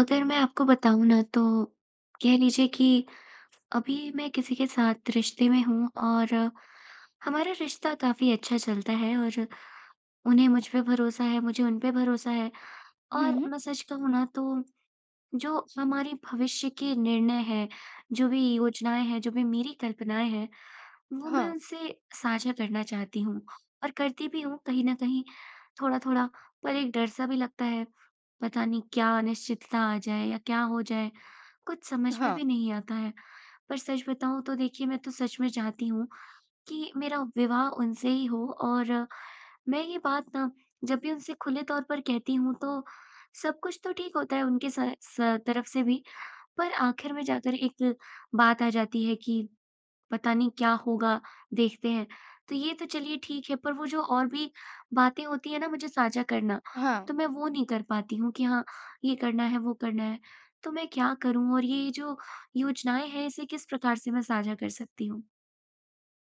अगर मैं आपको बताऊँ ना तो कह लीजिए कि अभी मैं किसी के साथ रिश्ते में हूँ और हमारा रिश्ता काफ़ी अच्छा चलता है और उन्हें मुझ पे भरोसा है, मुझे उन पे भरोसा है। हुँ, और हुँ। मैं सच कहूँ ना तो जो हमारे भविष्य के निर्णय हैं, जो भी योजनाएँ हैं, जो भी मेरी कल्पनाएँ हैं वो मैं हाँ, उनसे साझा करना चाहती हूँ और करती भी हूँ कहीं न कहीं थोड़ा-थोड़ा, पर एक डर-सा भी लगता है। पता नहीं क्या अनिश्चितता आ जाए या क्या हो जाए, कुछ समझ में हाँ, भी नहीं आता है। पर सच बताऊँ तो देखिए, मैं तो सच में चाहती हूँ कि मेरा विवाह उनसे ही हो, और मैं ये बात ना जब भी उनसे खुले तौर पर कहती हूँ तो सब कुछ तो ठीक होता है उनके स स तरफ से भी, पर आखिर में जाकर एक बात आ जाती है कि पता नहीं क्या होगा, देखते हैं। तो ये तो चलिए ठीक है, पर वो जो और भी बातें होती हैं ना मुझे साझा करना, हाँ। तो मैं वो नहीं कर पाती हूँ कि हाँ, ये करना है, वो करना है। तो मैं क्या करूँ, और ये जो योजनाएँ हैं, इसे किस प्रकार से मैं साझा कर सकती हूँ?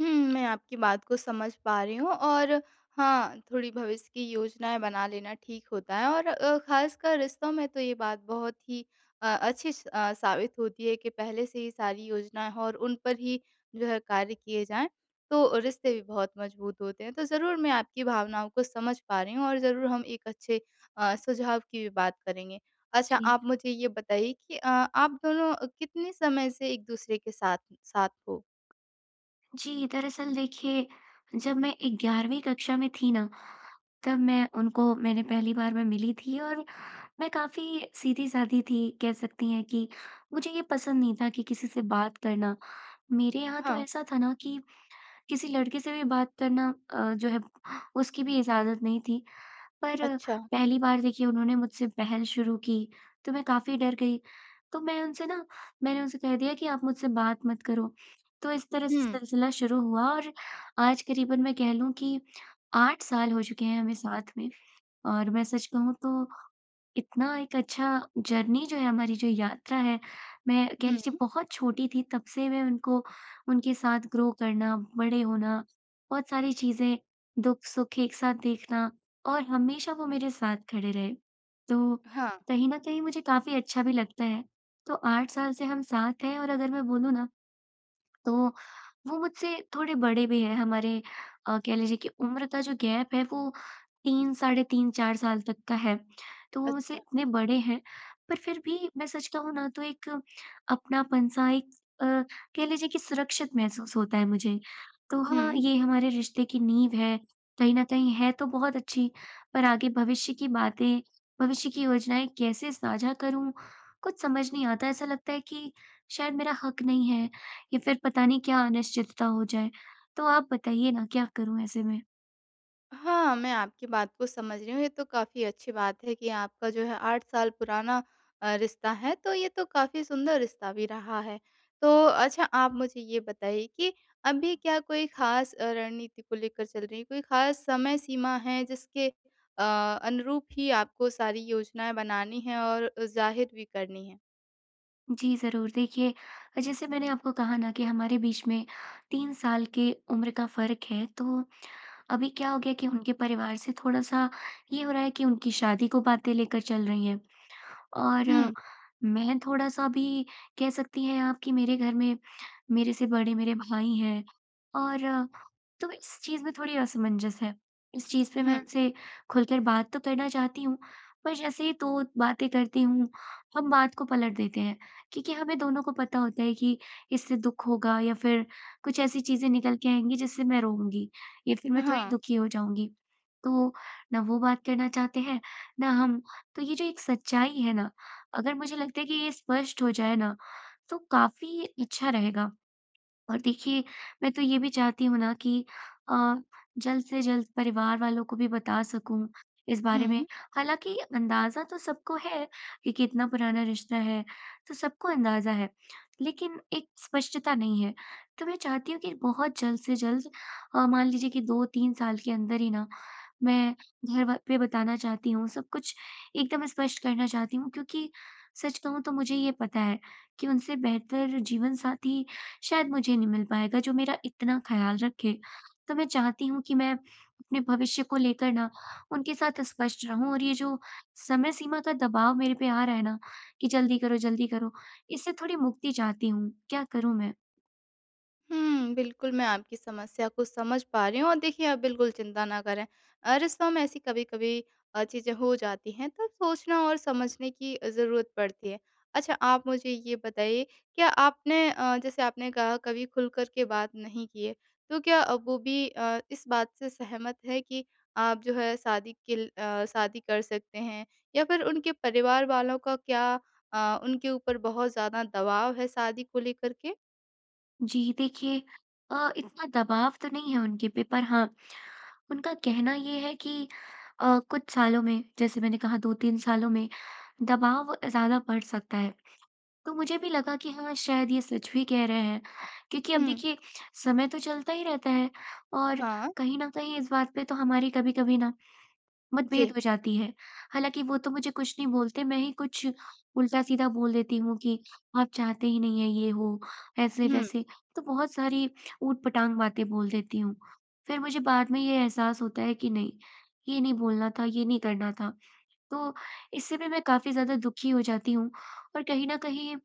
हुँ, मैं आपकी बात को समझ पा रही हूँ और हाँ, थोड़ी भविष्य की योजनाएँ बना लेना ठीक होता है और ख़ासकर रिश्तों में तो ये बात बहुत ही अच्छी साबित होती है कि पहले से ही सारी योजनाएँ हों और उन पर ही जो है कार्य किए जाएँ, तो रिश्ते भी बहुत मज़बूत होते हैं। तो ज़रूर मैं आपकी भावनाओं को समझ पा रही हूँ और ज़रूर हम एक अच्छे सुझाव की भी बात करेंगे। अच्छा, जी। आप मुझे ये बताइए कि आप दोनों कितने समय से एक-दूसरे के साथ साथ हो? जी, दरअसल देखिए, जब मैं 11वीं कक्षा में थी ना, तब मैं उनको मैंने पहली बार मैं मिली थी, और मैं काफ़ी सीधी-सादी थी, कह सकती हैं कि मुझे ये पसंद नहीं था कि किसी से बात करना। मेरे यहाँ तो हाँ। ऐसा था ना कि किसी लड़के से भी बात करना, जो है उसकी भी इजाज़त नहीं थी। पर अच्छा। पहली बार देखिए उन्होंने मुझसे पहल शुरू की, तो मैं काफ़ी डर गई। तो मैंने उनसे कह दिया कि आप मुझसे बात मत करो। तो इस तरह से हुँ, सिलसिला शुरू हुआ, और आज करीबन मैं कह लूँ कि 8 साल हो चुके हैं हमें साथ में। और मैं सच कहूँ तो इतना एक अच्छा जर्नी जो है, हमारी जो यात्रा है, मैं कह लीजिए हुँ। बहुत छोटी थी तब से मैं उनको उनके साथ ग्रो करना, बड़े होना, बहुत सारी चीज़ें, दुःख-सुख एक साथ देखना, और हमेशा वो मेरे साथ खड़े रहे। तो हाँ। कहीं न कहीं मुझे काफ़ी अच्छा भी लगता है। तो 8 साल से हम साथ हैं, और अगर मैं बोलूँ ना तो वो मुझसे थोड़े बड़े भी हैं। हमारे कह लीजिए कि उम्र का जो गैप है वो 3 साढ़े 3 4 साल तक का है। तो वो मुझसे अच्छा। इतने बड़े हैं, पर फिर भी मैं सच कहूँ ना तो एक अपनापन सा, अ, कह लीजिए कि सुरक्षित महसूस होता है मुझे। तो हाँ, हुँ। ये हमारे रिश्ते की नींव है, कहीं न कहीं है तो बहुत अच्छी। पर आगे भविष्य की बातें, भविष्य की योजनाएँ कैसे साझा करूँ? कुछ समझ नहीं आता, ऐसा लगता है कि शायद मेरा हक नहीं है, या फिर पता नहीं क्या अनिश्चितता हो जाए। तो आप बताइए ना, क्या करूँ ऐसे में? हाँ, मैं आपकी बात को समझ रही हूँ। ये तो काफ़ी अच्छी बात है कि आपका जो है 8 साल पुराना रिश्ता है, तो ये तो काफ़ी सुंदर रिश्ता भी रहा है। तो अच्छा आप मुझे ये बताइए कि अभी क्या कोई ख़ास रणनीति को लेकर चल रही है? कोई ख़ास समय सीमा है जिसके अनुरूप ही आपको सारी योजनाएँ बनानी हैं और ज़ाहिर भी करनी है? जी, ज़रूर। देखिए, जैसे मैंने आपको कहा ना कि हमारे बीच में 3 साल की उम्र का फ़र्क है। तो अभी क्या हो गया कि उनके परिवार से थोड़ा-सा ये हो रहा है कि उनकी शादी को बातें लेकर चल रही हैं। और हुँ, मैं थोड़ा-सा भी कह सकती हैं आप कि मेरे घर में मेरे से बड़े मेरे भाई हैं, और तो इस चीज़ में थोड़ी असमंजस है। इस चीज़ पे हुँ। मैं उनसे खुलकर बात तो करना चाहती हूँ, पर जैसे ही 2 बातें करती हूँ, हम बात को पलट देते हैं क्योंकि हमें दोनों को पता होता है कि इससे दुःख होगा, या फिर कुछ ऐसी चीज़ें निकल के आएँगी जिससे मैं रोऊँगी, या फिर मैं थोड़ी हाँ, दुखी हो जाऊँगी। तो ना वो बात करना चाहते हैं, ना हम। तो ये जो एक सच्चाई है ना, अगर मुझे लगता है कि ये स्पष्ट हो जाए ना, तो काफ़ी अच्छा रहेगा। और देखिए, मैं तो ये भी चाहती हूँ ना कि अ, जल्द से जल्द परिवार वालों को भी बता सकूँ इस बारे हुँ। में। हालाँकि अंदाज़ा तो सबको है कि कितना पुराना रिश्ता है, तो सबको अंदाज़ा है, लेकिन एक स्पष्टता नहीं है। तो मैं चाहती हूँ कि बहुत जल्द से जल्द, मान लीजिए कि 2-3 साल के अंदर ही ना, मैं घर व पे बताना चाहती हूँ, सब कुछ एकदम स्पष्ट करना चाहती हूँ, क्योंकि सच कहूँ तो मुझे ये पता है कि उनसे बेहतर जीवनसाथी शायद मुझे नहीं मिल पाएगा जो मेरा इतना ख़्याल रखे। तो मैं चाहती हूँ कि मैं अपने भविष्य को लेकर ना उनके साथ स्पष्ट रहूँ, और ये जो समय सीमा का दबाव मेरे पे आ रहा है ना कि जल्दी करो, इससे थोड़ी मुक्ति चाहती हूँ। क्या करूँ मैं? बिल्कुल, मैं आपकी समस्या को समझ पा रही हूँ और देखिए आप बिल्कुल चिंता ना करें। रिश्तों में ऐसी कभी-कभी चीज़ें हो जाती हैं, तब सोचना और समझने की ज़रूरत पड़ती है। अच्छा, आप मुझे ये बताइए, क्या आपने जैसे आपने कहा कभी खुल कर के बात नहीं की है, तो क्या वो भी इस बात से सहमत है कि आप जो है शादी के ल अ, शादी कर सकते हैं? या फिर उनके परिवार वालों का क्या उनके ऊपर बहुत ज़्यादा दबाव है शादी को लेकर के? जी, देखिए इतना दबाव तो नहीं है उनके पे, पर हाँ, उनका कहना ये है कि कुछ सालों में, जैसे मैंने कहा, 2-3 सालों में दबाव ज़्यादा बढ़ सकता है। तो मुझे भी लगा कि हाँ, शायद ये सच भी कह रहे हैं, क्योंकि अब हुँ, देखिए समय तो चलता ही रहता है, और हाँ। कहीं न कहीं इस बात पे तो हमारी कभी-कभी ना मतभेद जी। हो जाती है। हालाँकि वो तो मुझे कुछ नहीं बोलते, मैं ही कुछ उल्टा-सीधा बोल देती हूँ कि आप चाहते ही नहीं है ये हो, हुँ, ऐसे-वैसे, तो बहुत सारी ऊट-पटांग बातें बोल देती हूँ। फिर मुझे बाद में ये एहसास होता है कि नहीं, ये नहीं बोलना था, ये नहीं करना था, तो इससे भी मैं काफ़ी ज़्यादा दुखी हो जाती हूँ, और कहीं न कहीं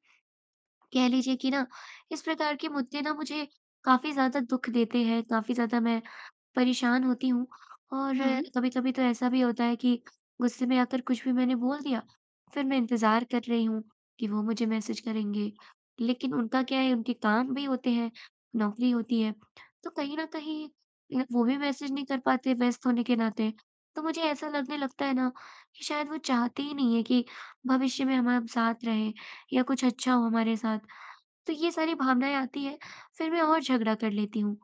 कह लीजिए कि ना इस प्रकार के मुद्दे ना मुझे काफ़ी ज़्यादा दुःख देते हैं, काफ़ी ज़्यादा मैं परेशान होती हूँ। और हुँ, कभी-कभी तो ऐसा भी होता है कि गुस्से में आकर कुछ भी मैंने बोल दिया, फिर मैं इंतज़ार कर रही हूँ कि वो मुझे मैसेज करेंगे। लेकिन उनका क्या है, उनके काम भी होते हैं, नौकरी होती है, तो कहीं न कहीं वो भी मैसेज नहीं कर पाते व्यस्त होने के नाते। तो मुझे ऐसा लगने लगता है ना कि शायद वो चाहते ही नहीं है कि भविष्य में हम आप साथ रहें या कुछ अच्छा हो हमारे साथ। तो ये सारी भावनाएँ आती हैं, फिर मैं और झगड़ा कर लेती हूँ।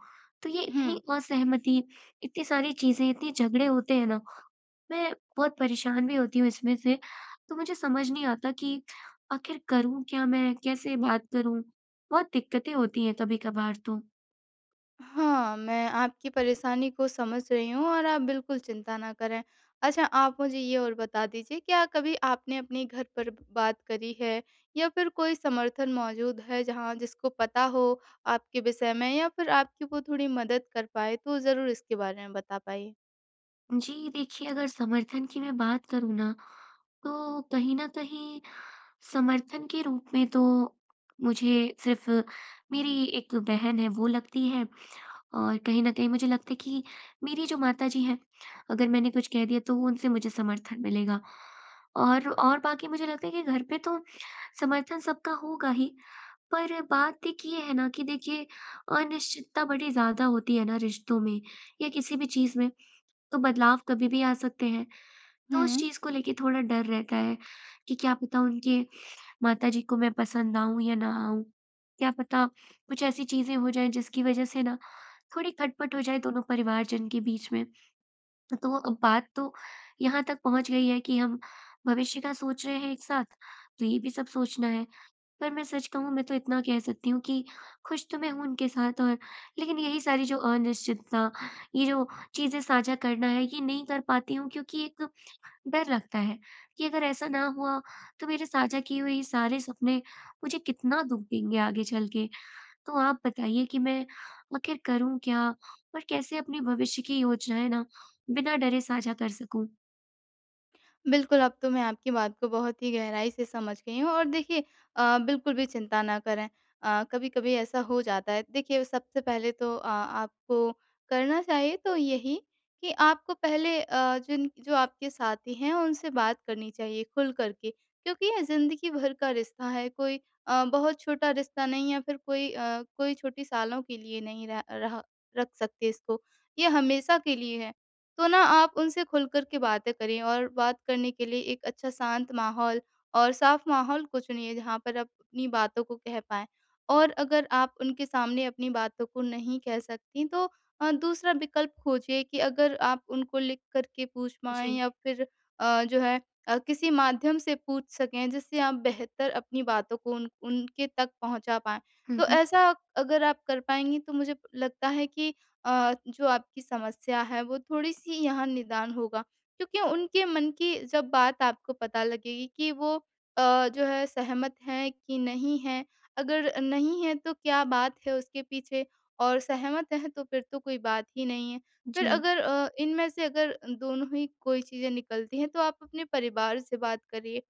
तो ये हुँ। इतनी असहमति, इतनी सारी चीज़ें, इतने झगड़े होते हैं ना, मैं बहुत परेशान भी होती हूँ इसमें से। तो मुझे समझ नहीं आता कि आखिर करूँ क्या मैं? कैसे बात करूँ? बहुत दिक्कतें होती हैं कभी-कभार तो। हाँ, मैं आपकी परेशानी को समझ रही हूँ और आप बिल्कुल चिंता ना करें। अच्छा, आप मुझे ये और बता दीजिए, क्या कभी आपने अपने घर पर बात करी है या फिर कोई समर्थन मौजूद है जहाँ जिसको पता हो आपके विषय में या फिर आपकी वो थोड़ी मदद कर पाए? तो ज़रूर इसके बारे में बता पाइए। जी, देखिए, अगर समर्थन की मैं बात करूँ ना, तो कहीं न कहीं समर्थन के रूप में तो मुझे सिर्फ़ मेरी एक बहन है वो लगती है। और कहीं न कहीं मुझे लगता है कि मेरी जो माताजी हैं, अगर मैंने कुछ कह दिया तो वो उनसे मुझे समर्थन मिलेगा। और बाकी मुझे लगता है कि घर पे तो समर्थन सबका होगा ही, पर बात एक ये है ना कि देखिए अनिश्चितता बड़ी ज़्यादा होती है ना रिश्तों में या किसी भी चीज़ में, तो बदलाव कभी भी आ सकते हैं। तो उस हुँ। चीज़ को लेके थोड़ा डर रहता है कि क्या पता उनके माताजी को मैं पसंद आऊँ या ना आऊँ। क्या पता कुछ ऐसी चीज़ें हो जाएँ जिसकी वजह से ना थोड़ी खटपट हो जाए दोनों परिवारजन के बीच में। तो अब बात तो यहाँ तक पहुँच गई है कि हम भविष्य का सोच रहे हैं एक साथ, तो ये भी सब सोचना है। पर मैं सच कहूँ, मैं तो इतना कह सकती हूँ कि खुश तो मैं हूँ उनके साथ, और लेकिन यही सारी जो अनिश्चितता, ये जो चीज़ें साझा करना है, ये नहीं कर पाती हूँ क्योंकि एक डर लगता है कि अगर ऐसा ना हुआ, तो मेरे साझा किए हुए ये सारे सपने मुझे कितना दुःख देंगे आगे चल के। तो आप बताइए कि मैं आखिर करूँ क्या? और कैसे अपने भविष्य की योजनाएँ ना बिना डरे साझा कर सकूँ? बिल्कुल, अब तो मैं आपकी बात को बहुत ही गहराई से समझ गई हूँ और देखिए बिल्कुल भी चिंता ना करें। कभी-कभी ऐसा हो जाता है। देखिए, सबसे पहले तो आपको करना चाहिए तो यही कि आपको पहले जिन जो आपके साथी हैं उनसे बात करनी चाहिए खुल कर के, क्योंकि ये ज़िंदगी भर का रिश्ता है, कोई बहुत छोटा रिश्ता नहीं या फिर कोई छोटी सालों के लिए नहीं रह रहा रख सकते इसको। ये हमेशा के लिए है। तो ना, आप उनसे खुलकर के बातें करें, और बात करने के लिए एक अच्छा शांत माहौल और साफ माहौल को चुनिए जहाँ पर आप अपनी बातों को कह पाएँ। और अगर आप उनके सामने अपनी बातों को नहीं कह सकतीं तो दूसरा विकल्प खोजिए कि अगर आप उनको लिख कर के पूछ पाएँ जी। या फिर जो है किसी माध्यम से पूछ सकें जिससे आप बेहतर अपनी बातों को उन उनके तक पहुँचा पाएँ। हुँ, तो हुँ। ऐसा अगर आप कर पाएँगी तो मुझे लगता है कि जो आपकी समस्या है वो थोड़ी-सी यहाँ निदान होगा। क्योंकि उनके मन की जब बात आपको पता लगेगी कि वो जो है सहमत हैं कि नहीं हैं, अगर नहीं हैं तो क्या बात है उसके पीछे, और सहमत हैं तो फिर तो कोई बात ही नहीं है। फिर जी, अगर इनमें से अगर दोनों ही कोई चीज़ें निकलती हैं, तो आप अपने परिवार से बात करिए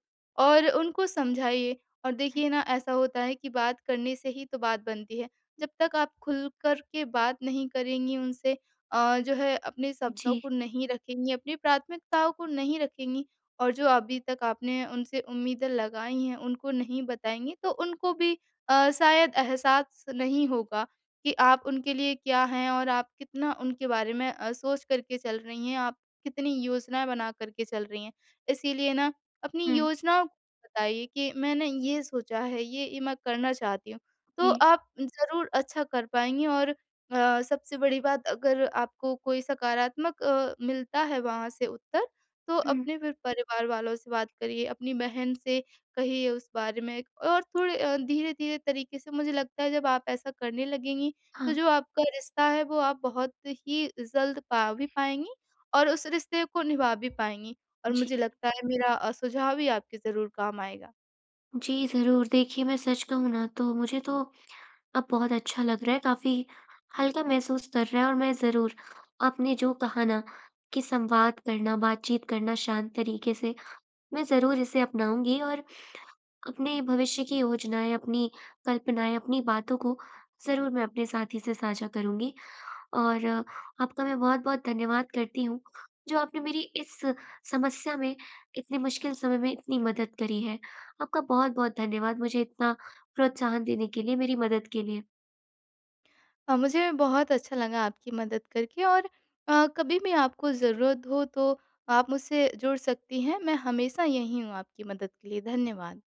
और उनको समझाइए, और देखिए ना, ऐसा होता है कि बात करने से ही तो बात बनती है। जब तक आप खुलकर के बात नहीं करेंगी उनसे, जो है अपने शब्दों जी, को नहीं रखेंगी, अपनी प्राथमिकताओं को नहीं रखेंगी और जो अभी तक आपने उनसे उम्मीदें लगाई हैं, उनको नहीं बताएँगी, तो उनको भी शायद एहसास नहीं होगा कि आप उनके लिए क्या हैं और आप कितना उनके बारे में सोच कर के चल रही हैं, आप कितनी योजनाएँ बना कर के चल रही हैं। इसीलिए ना, अपनी हुँ, योजनाओं को बताइए कि मैंने ये सोचा है, ये मैं करना चाहती हूँ। तो जी, आप ज़रूर अच्छा कर पाएँगी और सबसे बड़ी बात, अगर आपको कोई सकारात्मक मिलता है वहाँ से उत्तर, तो हुँ, अपने फिर परिवार वालों से बात करिए, अपनी बहन से कहिए उस बारे में। और थोड़े धीरे-धीरे तरीके से, मुझे लगता है, जब आप ऐसा करने लगेंगी, तो हाँ, जो आपका रिश्ता है वो आप बहुत ही जल्द पा भी पाएँगी और उस रिश्ते को निभा भी पाएँगी, और मुझे जी। लगता है मेरा सुझाव भी आपके ज़रूर काम आएगा। जी, ज़रूर। देखिए, मैं सच कहूँ ना तो मुझे तो अब बहुत अच्छा लग रहा है, काफ़ी हल्का महसूस कर रहा है। और मैं ज़रूर आपने जो कहा ना कि संवाद करना, बातचीत करना शांत तरीके से, मैं ज़रूर इसे अपनाऊँगी। और अपने भविष्य की योजनाएँ, अपनी कल्पनाएँ, अपनी बातों को ज़रूर मैं अपने साथी से साझा करूँगी। और आपका मैं बहुत-बहुत धन्यवाद करती हूँ, जो आपने मेरी इस समस्या में, इतने मुश्किल समय में इतनी मदद करी है। आपका बहुत-बहुत धन्यवाद, मुझे इतना प्रोत्साहन देने के लिए, मेरी मदद के लिए। मुझे बहुत अच्छा लगा आपकी मदद करके, और कभी भी आपको ज़रूरत हो तो आप मुझसे जुड़ सकती हैं। मैं हमेशा यहीं हूँ आपकी मदद के लिए। धन्यवाद।